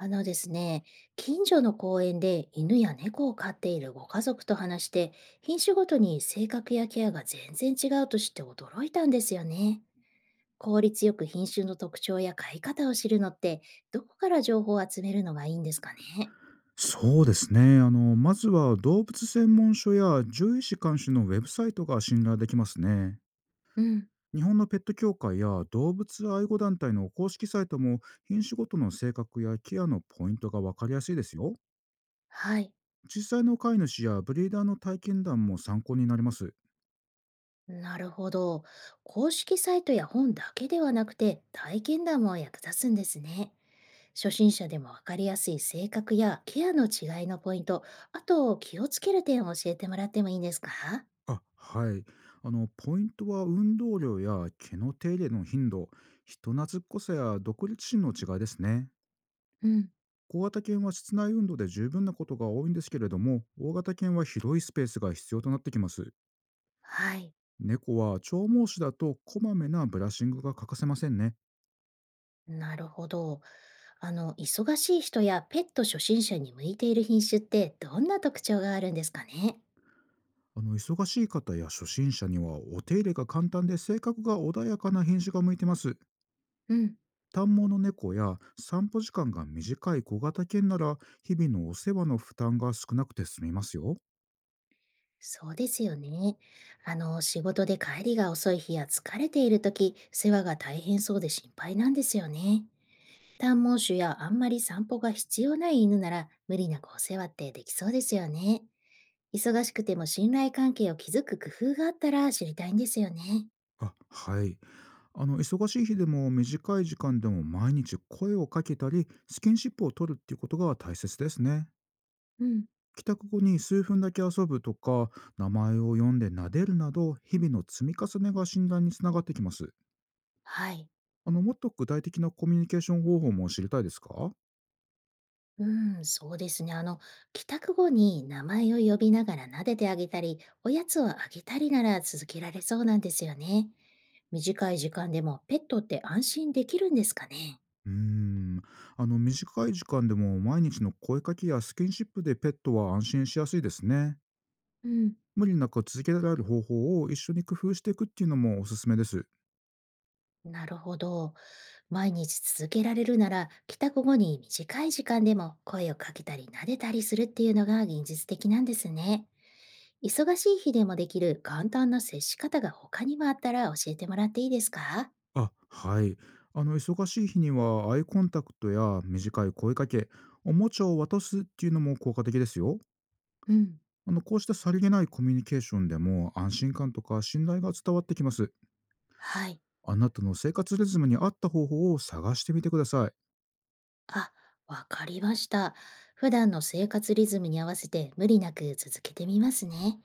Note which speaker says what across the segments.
Speaker 1: あのですね、近所の公園で犬や猫を飼っているご家族と話して、品種ごとに性格やケアが全然違うと知って驚いたんですよね。効率よく品種の特徴や飼い方を知るのって、どこから情報を集めるのがいいんですかね。
Speaker 2: そうですね。まずは動物専門書や獣医師監修のウェブサイトが信頼できますね。
Speaker 1: うん、
Speaker 2: 日本のペット協会や動物愛護団体の公式サイトも品種ごとの性格やケアのポイントがわかりやすいですよ。
Speaker 1: はい。
Speaker 2: 実際の飼い主やブリーダーの体験談も参考になります。
Speaker 1: なるほど。公式サイトや本だけではなくて、体験談も役立つんですね。初心者でもわかりやすい性格やケアの違いのポイント、あと気をつける点を教えてもらってもいいですか？
Speaker 2: あ、はい。ポイントは運動量や毛の手入れの頻度、人懐っこさや独立心の違いですね。
Speaker 1: うん、
Speaker 2: 小型犬は室内運動で十分なことが多いんですけれども、大型犬は広いスペースが必要となってきます。
Speaker 1: はい。
Speaker 2: 猫は長毛種だとこまめなブラッシングが欠かせませんね。
Speaker 1: なるほど。忙しい人やペット初心者に向いている品種ってどんな特徴があるんですかね？
Speaker 2: 忙しい方や初心者にはお手入れが簡単で性格が穏やかな品種が向いてます。
Speaker 1: うん、
Speaker 2: 短毛の猫や散歩時間が短い小型犬なら日々のお世話の負担が少なくて済みますよ。
Speaker 1: そうですよね。仕事で帰りが遅い日や疲れている時、世話が大変そうで心配なんですよね。短毛種やあんまり散歩が必要ない犬なら無理なくお世話ってできそうですよね。忙しくても信頼関係を築く工夫があったら知りたいんですよね。
Speaker 2: あ、はい。忙しい日でも短い時間でも毎日声をかけたり、スキンシップを取るっていうことが大切ですね。
Speaker 1: うん。
Speaker 2: 帰宅後に数分だけ遊ぶとか、名前を読んで撫でるなど、日々の積み重ねが診断につながってきます。
Speaker 1: はい。
Speaker 2: もっと具体的なコミュニケーション方法も知りたいですか？
Speaker 1: うん、そうですね。帰宅後に名前を呼びながら撫でてあげたり、おやつをあげたりなら続けられそうなんですよね。短い時間でもペットって安心できるんですかね。
Speaker 2: うーん。短い時間でも毎日の声かけやスキンシップでペットは安心しやすいですね。
Speaker 1: うん。
Speaker 2: 無理なく続けられる方法を一緒に工夫していくっていうのもおすすめです。
Speaker 1: なるほど。毎日続けられるなら、帰宅後に短い時間でも声をかけたり撫でたりするっていうのが現実的なんですね。忙しい日でもできる簡単な接し方が他にもあったら教えてもらっていいですか？
Speaker 2: あ、はい。忙しい日にはアイコンタクトや短い声かけ、おもちゃを渡すっていうのも効果的ですよ。
Speaker 1: うん。
Speaker 2: こうしたさりげないコミュニケーションでも安心感とか信頼が伝わってきます。
Speaker 1: はい。
Speaker 2: あなたの生活リズムに合った方法を探してみてください。
Speaker 1: あ、わかりました。普段の生活リズムに合わせて無理なく続けてみますね。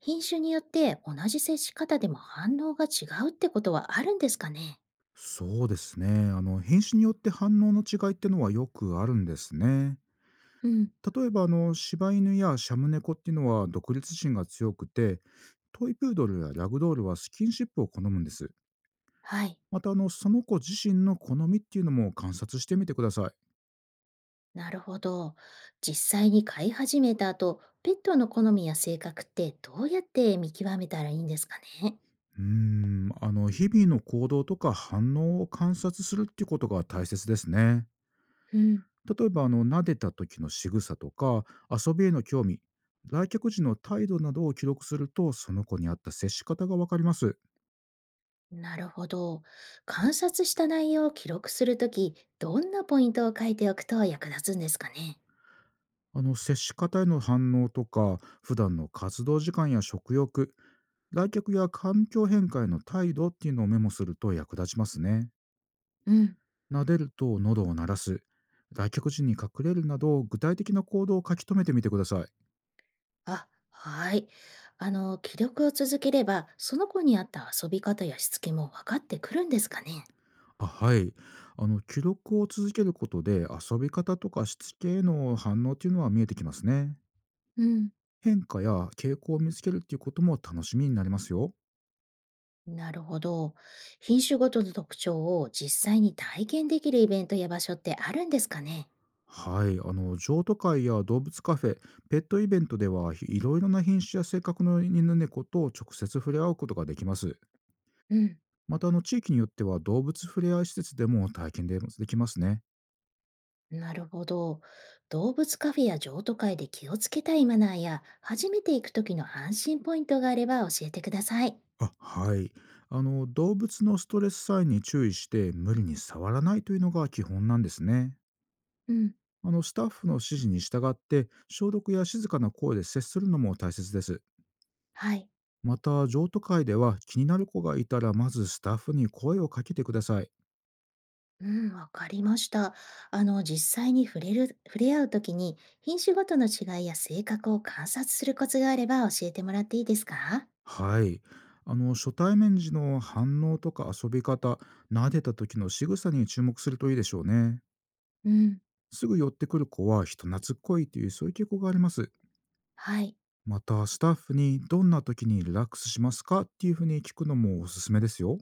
Speaker 1: 品種によって同じ接し方でも反応が違うってことはあるんですかね？
Speaker 2: そうですね。品種によって反応の違いってのはよくあるんですね。
Speaker 1: うん。
Speaker 2: 例えば、柴犬やシャム猫っていうのは独立心が強くて、トイプードルやラグドールはスキンシップを好むんです。
Speaker 1: はい。
Speaker 2: また、その子自身の好みっていうのも観察してみてくださ
Speaker 1: なるほど。実際に飼い始めた後、ペットの好みや性格ってどうやって見極めたらいいんですかね？
Speaker 2: い。うーん、日々の行動とか反応を観察するっていうことが大切ですね。
Speaker 1: うん。
Speaker 2: 例えば、撫でた時の仕草とか、遊びへの興味、来客時の態度などを記録すると、その子に合った接し方がわかります。
Speaker 1: なるほど。観察した内容を記録するとき、どんなポイントを書いておくと役立つんですかね？
Speaker 2: 接し方への反応とか、普段の活動時間や食欲、来客や環境変化への態度っていうのをメモすると役立ちますね。
Speaker 1: うん、
Speaker 2: 撫でると喉を鳴らす、来客時に隠れるなど、具体的な行動を書き留めてみてください。
Speaker 1: あ、はい。記録を続ければ、その子に合った遊び方やしつけも分かってくるんですかね？
Speaker 2: あはい。記録を続けることで、遊び方とかしつけへの反応っていうのは見えてきますね。
Speaker 1: うん、
Speaker 2: 変化や傾向を見つけるっていうことも楽しみになりますよ。
Speaker 1: なるほど。品種ごとの特徴を実際に体験できるイベントや場所ってあるんですかね？
Speaker 2: はい。譲渡会や動物カフェ、ペットイベントでは、いろいろな品種や性格の犬猫と直接触れ合うことができます。
Speaker 1: うん。
Speaker 2: また、地域によっては動物触れ合い施設でも体験でできますね。
Speaker 1: なるほど。動物カフェや譲渡会で気をつけたいマナーや、初めて行く時の安心ポイントがあれば教えてください。
Speaker 2: あ、はい。動物のストレスサインに注意して無理に触らないというのが基本なんですね。
Speaker 1: うん、
Speaker 2: スタッフの指示に従って消毒や静かな声で接するのも大切です。
Speaker 1: はい。
Speaker 2: また、譲渡会では気になる子がいたらまずスタッフに声をかけてください。
Speaker 1: うん、わかりました。実際に触れる、触れ合う時に、品種ごとの違いや性格を観察するコツがあれば教えてもらっていいですか？
Speaker 2: はい。初対面時の反応とか遊び方、撫でた時の仕草に注目するといいでしょうね。
Speaker 1: うん、
Speaker 2: すぐ寄ってくる子は人懐っこいというそういう傾向があります。
Speaker 1: はい。
Speaker 2: また、スタッフにどんな時にリラックスしますかっていうふうに聞くのもおすすめですよ。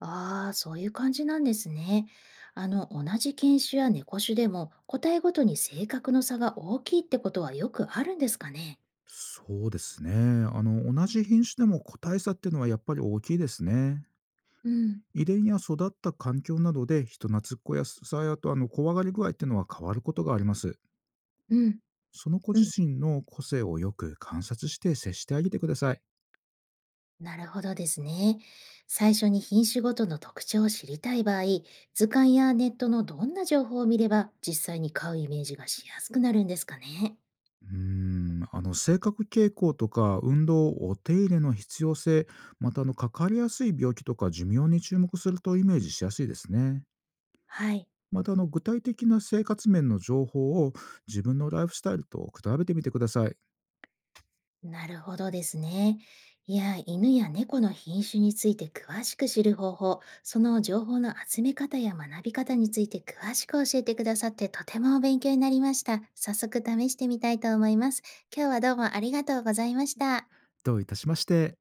Speaker 1: ああ、そういう感じなんですね。同じ犬種や猫種でも、個体ごとに性格の差が大きいってことはよくあるんですかね？
Speaker 2: そうですね。同じ品種でも個体差っていうのはやっぱり大きいですね。
Speaker 1: うん。
Speaker 2: 遺伝や育った環境などで人懐っこやさやと怖がり具合っていうのは変わることがあります。
Speaker 1: うん、
Speaker 2: その子
Speaker 1: う
Speaker 2: 自
Speaker 1: ん。
Speaker 2: 身の個性をよく観察して接してあげてください。
Speaker 1: なるほどですね。最初に品種ごとの特徴を知りたい場合、図鑑やネットのどんな情報を見れば実際に買うイメージがしやすくなるんですかね。
Speaker 2: うーん、性格傾向とか運動、お手入れの必要性、またかかりやすい病気とか寿命に注目するとイメージしやすいですね。
Speaker 1: はい、
Speaker 2: また、具体的な生活面の情報を自分のライフスタイルと比べてみてください。
Speaker 1: なるほどですね。いや、犬や猫の品種について詳しく知る方法、その情報の集め方や学び方について詳しく教えてくださってとても勉強になりました。早速試してみたいと思います。今日はどうもありがとうございました。
Speaker 2: どういたしまして。